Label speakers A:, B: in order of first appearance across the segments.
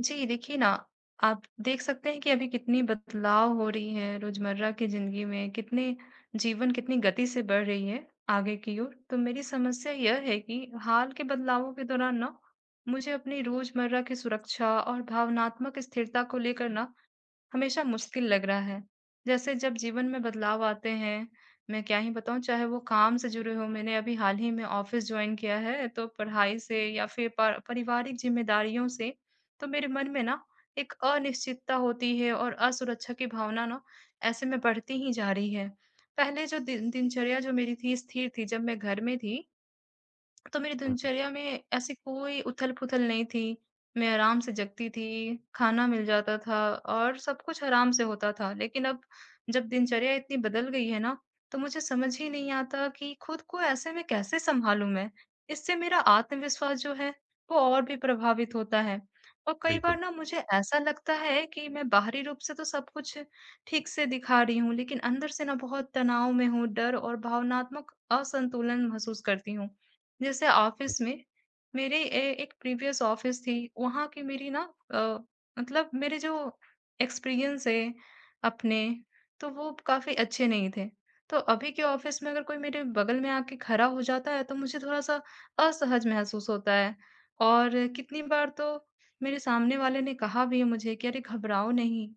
A: जी, देखिए ना, आप देख सकते हैं कि अभी कितनी बदलाव हो रही है रोज़मर्रा की ज़िंदगी में, कितने जीवन कितनी गति से बढ़ रही है आगे की ओर। तो मेरी समस्या यह है कि हाल के बदलावों के दौरान ना, मुझे अपनी रोज़मर्रा की सुरक्षा और भावनात्मक स्थिरता को लेकर ना हमेशा मुश्किल लग रहा है। जैसे जब जीवन में बदलाव आते हैं, मैं क्या ही बताऊँ, चाहे वो काम से जुड़े हों, मैंने अभी हाल ही में ऑफ़िस जॉइन किया है, तो पढ़ाई से या फिर पर पारिवारिक ज़िम्मेदारियों से, तो मेरे मन में ना एक अनिश्चितता होती है और असुरक्षा की भावना ना ऐसे में बढ़ती ही जा रही है। पहले जो दिनचर्या जो मेरी थी स्थिर थी, जब मैं घर में थी तो मेरी दिनचर्या में ऐसी कोई उथल-पुथल नहीं थी। मैं आराम से जगती थी, खाना मिल जाता था और सब कुछ आराम से होता था। लेकिन अब जब दिनचर्या इतनी बदल गई है ना, तो मुझे समझ ही नहीं आता कि खुद को ऐसे में कैसे सँभालूँ मैं? इससे मेरा आत्मविश्वास जो है, वो और भी प्रभावित होता है। और कई बार
B: बिल्कुल।
A: ना मुझे ऐसा लगता है कि मैं बाहरी रूप से तो सब कुछ ठीक से दिखा रही हूँ, लेकिन अंदर से ना बहुत तनाव में हूँ, डर और भावनात्मक असंतुलन महसूस करती हूँ। जैसे ऑफिस में मेरी एक प्रीवियस ऑफिस थी, वहाँ की मेरी ना अ, मतलब मेरे जो एक्सपीरियंस है अपने, तो वो काफ़ी अच्छे नहीं थे। तो अभी के ऑफिस में अगर कोई मेरे बगल में आके खड़ा हो जाता है, तो मुझे थोड़ा सा असहज महसूस होता है। और कितनी बार तो मेरे सामने वाले ने कहा भी है मुझे कि अरे घबराओ नहीं।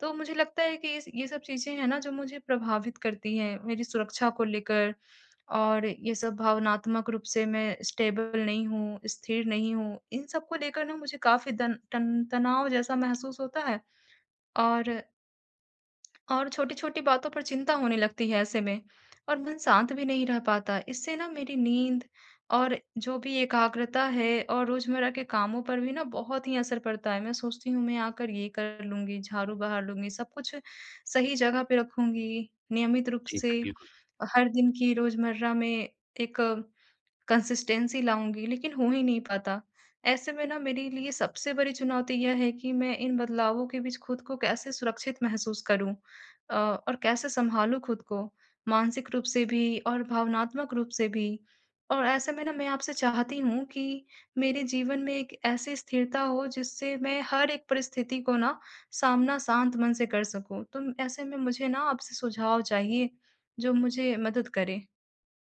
A: तो मुझे लगता है कि ये सब चीज़ें हैं ना जो मुझे प्रभावित करती हैं, मेरी सुरक्षा को लेकर। और ये सब भावनात्मक रूप से मैं स्टेबल नहीं हूँ, स्थिर नहीं हूँ। इन सब को लेकर ना मुझे काफ़ी दन टन तनाव जैसा महसूस होता है और और छोटी-छोटी बातों पर चिंता होने लगती है ऐसे में, और मन शांत भी नहीं रह पाता। इससे ना मेरी नींद और जो भी एकाग्रता है और रोज़मर्रा के कामों पर भी ना बहुत ही असर पड़ता है। मैं सोचती हूँ मैं आकर ये कर लूँगी, झाड़ू बहार लूँगी, सब कुछ सही जगह पे रखूँगी, नियमित रूप
B: जी,
A: से
B: बिल्कुल।
A: हर दिन की रोज़मर्रा में एक कंसिस्टेंसी लाऊँगी, लेकिन हो ही नहीं पाता। ऐसे में ना मेरे लिए सबसे बड़ी चुनौती यह है कि मैं इन बदलावों के बीच खुद को कैसे सुरक्षित महसूस करूँ, और कैसे सँभालूँ खुद को, मानसिक रूप से भी और भावनात्मक रूप से भी। और ऐसे में ना मैं आपसे चाहती हूँ कि मेरे जीवन में एक ऐसी स्थिरता हो जिससे मैं हर एक परिस्थिति को ना सामना शांत मन से कर सकूँ। तो ऐसे में मुझे ना आपसे सुझाव चाहिए जो मुझे मदद करे।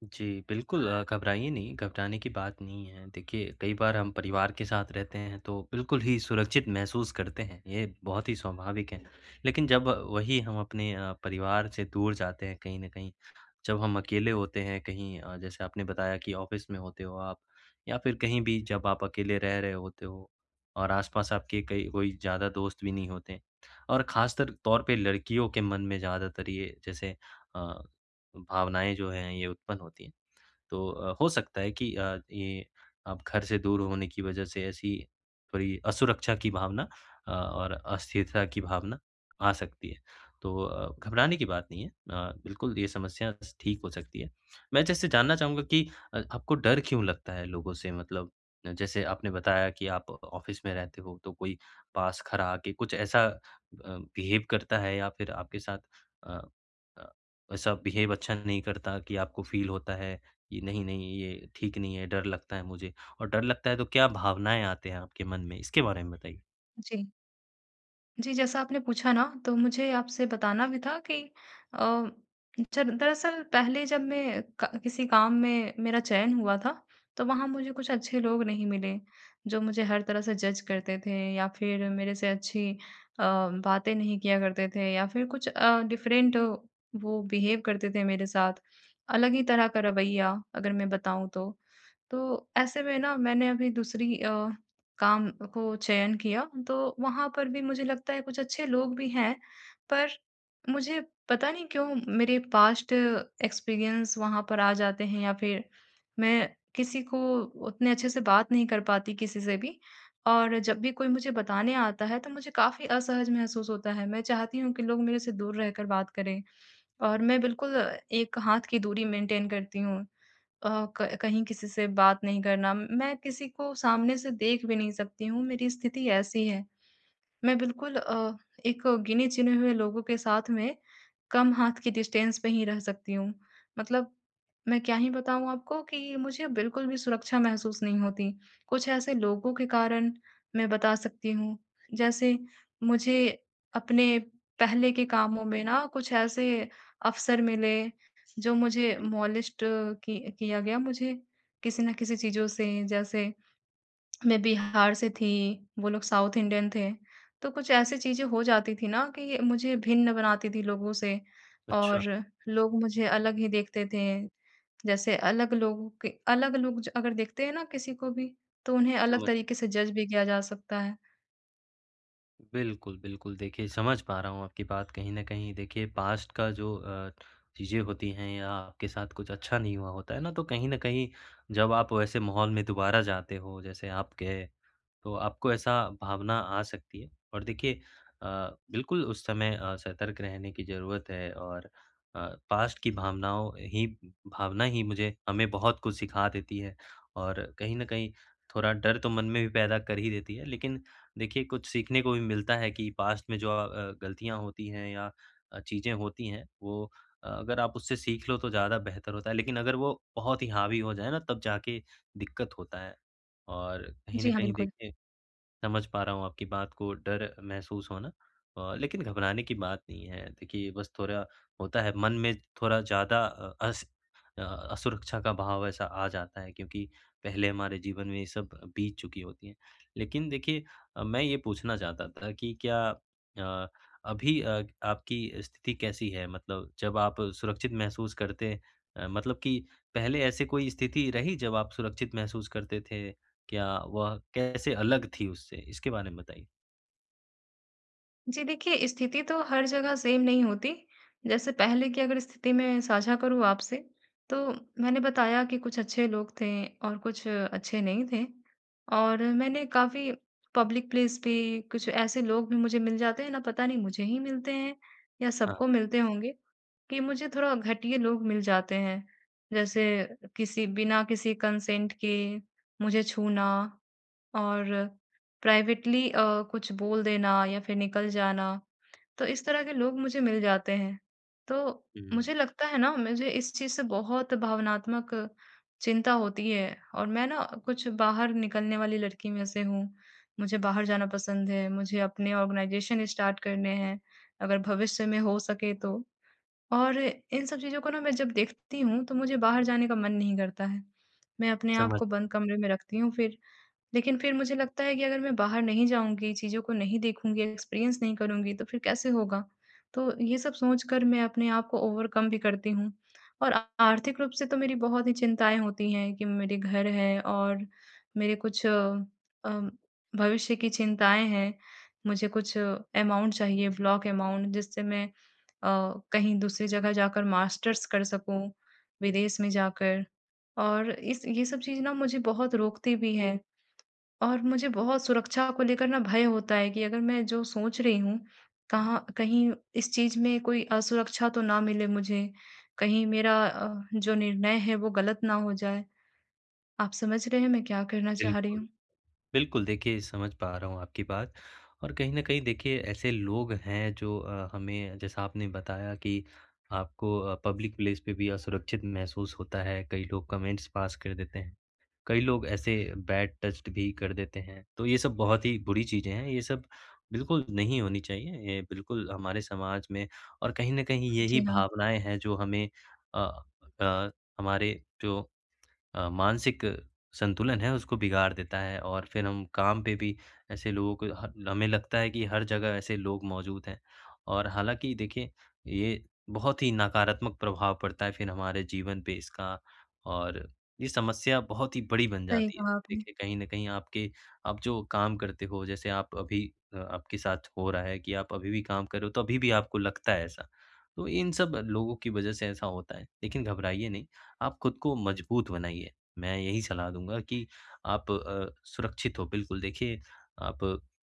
B: जी, बिल्कुल घबराइए नहीं, घबराने की बात नहीं है। देखिए, कई बार हम परिवार के साथ रहते हैं, तो बिल्कुल ही सुरक्षित महसूस करते हैं, ये बहुत ही स्वाभाविक है। लेकिन जब वही हम अपने परिवार से दूर जाते हैं कहीं न कहीं, जब हम अकेले होते हैं कहीं जैसे आपने बताया कि ऑफिस में होते हो आप या फिर कहीं भी जब आप अकेले रह रहे होते हो और आसपास आपके कई कोई ज़्यादा दोस्त भी नहीं होते और ख़ासतर तौर पे लड़कियों के मन में ज़्यादातर ये जैसे अ, भावनाएँ जो हैं ये उत्पन्न होती हैं। तो हो सकता है कि ये आप घर से दूर होने की वजह से ऐसी थोड़ी असुरक्षा की भावना और अस्थिरता की भावना आ सकती है। तो घबराने की बात नहीं है बिल्कुल ये समस्या स ठीक हो सकती है। मैं जैसे जानना चाहूँगा कि आपको डर क्यों लगता है लोगों से? मतलब जैसे आपने बताया कि आप ऑफ़िस में रहते हो तो कोई पास खड़ा आके कुछ ऐसा बिहेव करता है या फिर आपके साथ अ अ, ऐसा बिहेव अच्छा नहीं करता कि आपको फ़ील होता है ये नहीं, नहीं, ये ठीक नहीं है, डर लगता है मुझे। और डर लगता है तो क्या भावनाएँ आते हैं आपके मन में? इसके बारे में बताइए।
A: जी। जी, जैसा आपने पूछा ना, तो मुझे आपसे बताना भी था कि अ, जब दरअसल पहले जब मैं क किसी काम में मेरा चयन हुआ था, तो वहाँ मुझे कुछ अच्छे लोग नहीं मिले, जो मुझे हर तरह से जज करते थे या फिर मेरे से अच्छी अ, बातें नहीं किया करते थे, या फिर कुछ डिफरेंट वो बिहेव करते थे मेरे साथ, अलग ही तरह का रवैया अगर मैं बताऊँ तो। तो ऐसे में ना मैंने अभी दूसरी काम को चयन किया, तो वहाँ पर भी मुझे लगता है कुछ अच्छे लोग भी हैं, पर मुझे पता नहीं क्यों मेरे पास्ट एक्सपीरियंस वहाँ पर आ जाते हैं, या फिर मैं किसी को उतने अच्छे से बात नहीं कर पाती, किसी से भी। और जब भी कोई मुझे बताने आता है, तो मुझे काफ़ी असहज महसूस होता है। मैं चाहती हूँ कि लोग मेरे से दूर रहकर बात करें, और मैं बिल्कुल एक हाथ की दूरी मेंटेन करती हूँ। अ, क कहीं किसी से बात नहीं करना, मैं किसी को सामने से देख भी नहीं सकती हूँ, मेरी स्थिति ऐसी है। मैं बिल्कुल एक गिने चुने हुए लोगों के साथ में कम हाथ की डिस्टेंस पे ही रह सकती हूँ। मतलब मैं क्या ही बताऊँ आपको कि मुझे बिल्कुल भी सुरक्षा महसूस नहीं होती। कुछ ऐसे लोगों के कारण, मैं बता सकती हूँ, जैसे मुझे अपने पहले के कामों में ना कुछ ऐसे अवसर मिले, जो मुझे मॉलेस्ट की किया गया, मुझे किसी न किसी चीज़ों से। जैसे मैं बिहार से थी, वो लोग साउथ इंडियन थे, तो कुछ ऐसी चीज़ें हो जाती थी ना कि मुझे भिन्न बनाती थी लोगों से,
B: अच्छा,
A: और लोग मुझे अलग ही देखते थे। जैसे अलग लोगों के अलग लोग ज अगर देखते हैं ना किसी को भी, तो उन्हें अलग
B: समझ
A: तरीके से जज भी किया जा सकता है।
B: बिल्कुल, बिल्कुल। देखिए, समझ पा रहा हूँ आपकी बात कहीं न कहीं। देखिए, पास्ट का जो चीज़ें होती हैं या आपके साथ कुछ अच्छा नहीं हुआ होता है ना, तो कहीं न कहीं जब आप वैसे माहौल में दोबारा जाते हो, जैसे आपके तो आपको ऐसा भावना आ सकती है और देखिए अ, बिल्कुल उस समय सतर्क रहने की ज़रूरत है और पास्ट की भावना ही मुझे हमें बहुत कुछ सिखा देती है और कहीं न कहीं थोड़ा डर तो मन में भी पैदा कर ही देती है। लेकिन देखिए कुछ सीखने को भी मिलता है कि पास्ट में जो गलतियाँ होती हैं या चीज़ें होती हैं वो अगर आप उससे सीख लो तो ज़्यादा बेहतर होता है। लेकिन अगर वो बहुत ही हावी हो जाए ना तब जाके दिक्कत होता है। और कहीं
A: जी
B: न
A: हाँ,
B: कहीं
A: बिल्कुल।
B: देखिए समझ पा रहा हूँ आपकी बात को, डर महसूस होना लेकिन घबराने की बात नहीं है। देखिए, बस थोड़ा होता है मन में थोड़ा ज़्यादा अ, असुरक्षा का भाव ऐसा आ जाता है क्योंकि पहले हमारे जीवन में ये सब बीत चुकी होती हैं। लेकिन देखिए मैं ये पूछना चाहता था कि क्या अ, अभी आपकी स्थिति कैसी है? मतलब जब आप सुरक्षित महसूस करते मतलब कि पहले ऐसी कोई स्थिति रही जब आप सुरक्षित महसूस करते थे? क्या वह कैसे अलग थी उससे? इसके बारे में बताइए?
A: जी देखिए, स्थिति तो हर जगह सेम नहीं होती। जैसे पहले की अगर स्थिति मैं साझा करूँ आपसे, तो मैंने बताया कि कुछ अच्छे लोग थे और कुछ अच्छे नहीं थे। और मैंने काफ़ी पब्लिक प्लेस पे कुछ ऐसे लोग भी मुझे मिल जाते हैं ना, पता नहीं मुझे ही मिलते हैं या
B: हाँ।
A: सबको मिलते होंगे, कि मुझे थोड़ा घटिया लोग मिल जाते हैं। जैसे किसी बिना किसी कंसेंट के मुझे छूना और प्राइवेटली कुछ बोल देना या फिर निकल जाना, तो इस तरह के लोग मुझे मिल जाते हैं। तो
B: हुँ,
A: मुझे लगता है ना मुझे इस चीज़ से बहुत भावनात्मक चिंता होती है, और मैं ना कुछ बाहर निकलने वाली लड़की में से हूँ। मुझे बाहर जाना पसंद है, मुझे अपने ऑर्गनाइज़ेशन स्टार्ट करने हैं, अगर भविष्य में हो सके तो। और इन सब चीज़ों को ना मैं जब देखती हूँ, तो मुझे बाहर जाने का मन नहीं करता है। मैं अपने आप
B: समझ
A: को बंद कमरे में रखती हूँ फिर। लेकिन फिर मुझे लगता है कि अगर मैं बाहर नहीं जाऊँगी, चीज़ों को नहीं देखूँगी, एक्सपीरियंस नहीं करूँगी, तो फिर कैसे होगा? तो ये सब सोचकर मैं अपने आप को ओवरकम भी करती हूँ। और आ आर्थिक रूप से तो मेरी बहुत ही चिंताएँ होती हैं कि मेरे घर है और मेरे कुछ अम, भविष्य की चिंताएँ हैं। मुझे कुछ अमाउंट चाहिए, ब्लॉक अमाउंट, जिससे मैं कहीं दूसरी जगह जाकर मास्टर्स कर सकूँ, विदेश में जाकर। और इस ये सब चीज़ ना मुझे बहुत रोकती भी है। और मुझे बहुत सुरक्षा को लेकर ना भय होता है कि अगर मैं जो सोच रही हूँ, कहाँ कहीं इस चीज़ में कोई असुरक्षा तो ना मिले मुझे, कहीं मेरा जो निर्णय है वो गलत ना हो जाए। आप समझ रहे हैं मैं क्या करना चाह रही
B: बिल्कुल।
A: हूँ?
B: बिल्कुल, देखिए समझ पा रहा हूँ आपकी बात और कहीं न कहीं देखिए ऐसे लोग हैं जो हमें जैसा आपने बताया कि आपको पब्लिक प्लेस पे भी असुरक्षित महसूस होता है, कई लोग कमेंट्स पास कर देते हैं। कई लोग ऐसे बैड टच्ड भी कर देते हैं, तो ये सब बहुत ही बुरी चीज़ें हैं, ये सब बिल्कुल नहीं होनी चाहिए। ये बिल्कुल हमारे समाज में और कहीं न कहीं यही
A: जी हाँ,
B: भावनाएँ हैं जो हमें अ अ, हमारे जो मानसिक संतुलन है उसको बिगाड़ देता है और फिर हम काम पे भी ऐसे लोगों को ह हमें लगता है कि हर जगह ऐसे लोग मौजूद हैं। और हालाँकि देखिए ये बहुत ही नकारात्मक प्रभाव पड़ता है फिर हमारे जीवन पे इसका और ये समस्या बहुत ही बड़ी बन
A: सही
B: जाती है।
A: कहा आपने।
B: देखिए कहीं न कहीं आपके आप जो काम करते हो जैसे आप अभी आपके साथ हो रहा है कि आप अभी भी काम कर रहे हो तो अभी भी आपको लगता है ऐसा। तो इन सब लोगों की वज़ह से ऐसा होता है, लेकिन घबराइए नहीं। आप खुद को मजबूत बनाइए। मैं यही सलाह दूँगा कि आप सुरक्षित हो बिल्कुल देखिए आप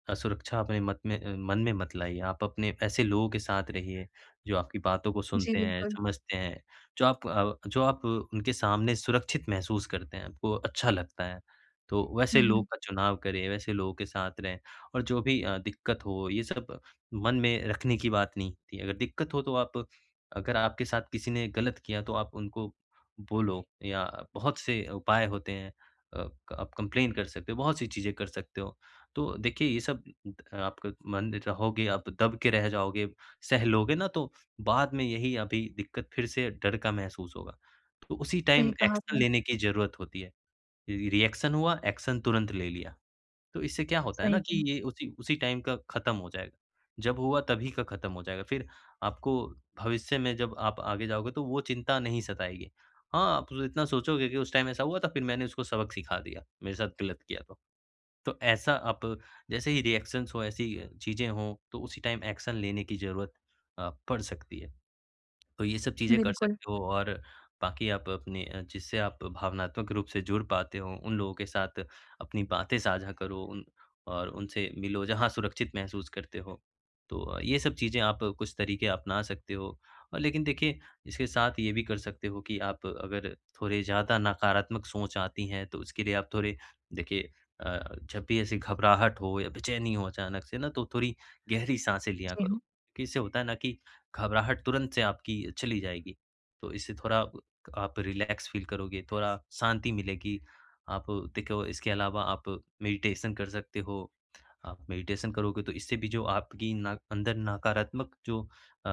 B: असुरक्षा अपने मत में अ, मन में मत लाइए। आप अपने ऐसे लोगों के साथ रहिए जो आपकी बातों को
A: जी
B: सुनते हैं,
A: बिल्कुल।
B: समझते हैं, जो आप उनके सामने सुरक्षित महसूस करते हैं, आपको अच्छा लगता है। तो वैसे
A: हुँ,
B: लोग
A: हुँ।
B: का चुनाव करें, वैसे लोगों के साथ रहें और जो भी दिक्कत हो ये सब मन में रखने की बात नहीं थी। अगर दिक्कत हो तो आप अगर आपके साथ किसी ने गलत किया तो आप उनको बोलो या बहुत से उपाय होते हैं। अ, आप कंप्लेन कर सकते हो, बहुत सी चीज़ें कर सकते हो। तो देखिए ये सब आपका मन रहोगे, आप दब के रह जाओगे, सह लोगे ना तो बाद में यही अभी दिक्कत फिर से डर का महसूस होगा। तो उसी
A: सही
B: टाइम
A: कहा
B: एक्शन
A: आपने,
B: लेने की ज़रूरत होती है। रि रिएक्शन हुआ, एक्शन तुरंत ले लिया। तो इससे क्या होता है
A: सही
B: ना कि
A: कहा।
B: ये उसी उसी टाइम का खत्म हो जाएगा। जब हुआ तभी का खत्म हो जाएगा। फिर आपको भविष्य में जब आप आगे जाओगे तो वो चिंता नहीं सताएगी। हाँ, आप तो इतना सोचोगे कि उस टाइम ऐसा हुआ था फिर मैंने उसको सबक सिखा दिया, मेरे साथ गलत किया तो। तो ऐसा आप जैसे ही रिएक्शंस हो ऐसी चीज़ें हों तो उसी टाइम एक्शन लेने की ज़रूरत पड़ सकती है। तो ये सब चीज़ें कर
A: बिल्कुल,
B: सकते हो और बाकी आप अपने जिससे आप भावनात्मक रूप से जुड़ पाते हो, उन लोगों के साथ अपनी बातें साझा करो उन और उनसे मिलो जहाँ सुरक्षित महसूस करते हो। तो ये सब चीज़ें आप कुछ तरीके अपना सकते हो और लेकिन देखिए, इसके साथ ये भी कर सकते हो कि आप अगर थोड़े ज़्यादा नकारात्मक सोच आती हैं, तो उसके लिए आप थोड़े देखिए अ, जब भी ऐसी घबराहट हो या बेचैनी हो अचानक से ना, तो थोड़ी गहरी साँसें लिया
A: जी
B: करो।
A: हाँ।
B: कि इससे होता है ना कि घबराहट तुरंत से आपकी चली जाएगी। तो इससे थोड़ा आप रिलैक्स फ़ील करोगे, थोड़ा शांति मिलेगी। आप देखो इसके अलावा आप मेडिटेशन कर सकते हो। आप मेडिटेशन करोगे तो इससे भी जो आपकी ना अंदर नकारात्मक जो अ,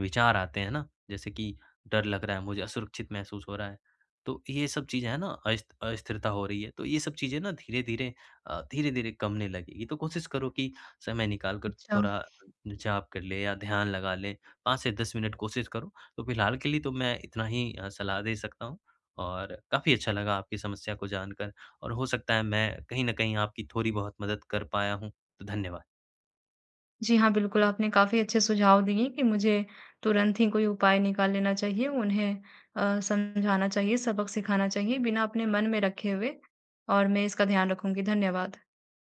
B: विचार आते हैं ना, जैसे कि डर लग रहा है, मुझे असुरक्षित महसूस हो रहा है, तो ये सब चीज़ें हैं ना अस अस्थिरता हो रही है, तो ये सब चीज़ें ना धीरे-धीरे धीरे-धीरे कमने लगेगी। तो कोशिश करो कि समय निकाल कर
A: अच्छा।
B: थोड़ा जाप कर ले या ध्यान लगा ले, 5 से 10 मिनट कोशिश करो। तो फिलहाल के लिए तो मैं इतना ही सलाह दे सकता हूँ और काफ़ी अच्छा लगा आपकी समस्या को जानकर। और हो सकता है मैं कहीं न कहीं आपकी थोड़ी बहुत मदद कर पाया हूँ। तो धन्यवाद।
A: जी हाँ, बिल्कुल, आपने काफ़ी अच्छे सुझाव दिए कि मुझे तुरंत ही कोई उपाय निकाल लेना चाहिए, उन्हें समझाना चाहिए, सबक सिखाना चाहिए, बिना अपने मन में रखे हुए। और मैं इसका ध्यान रखूँगी। धन्यवाद।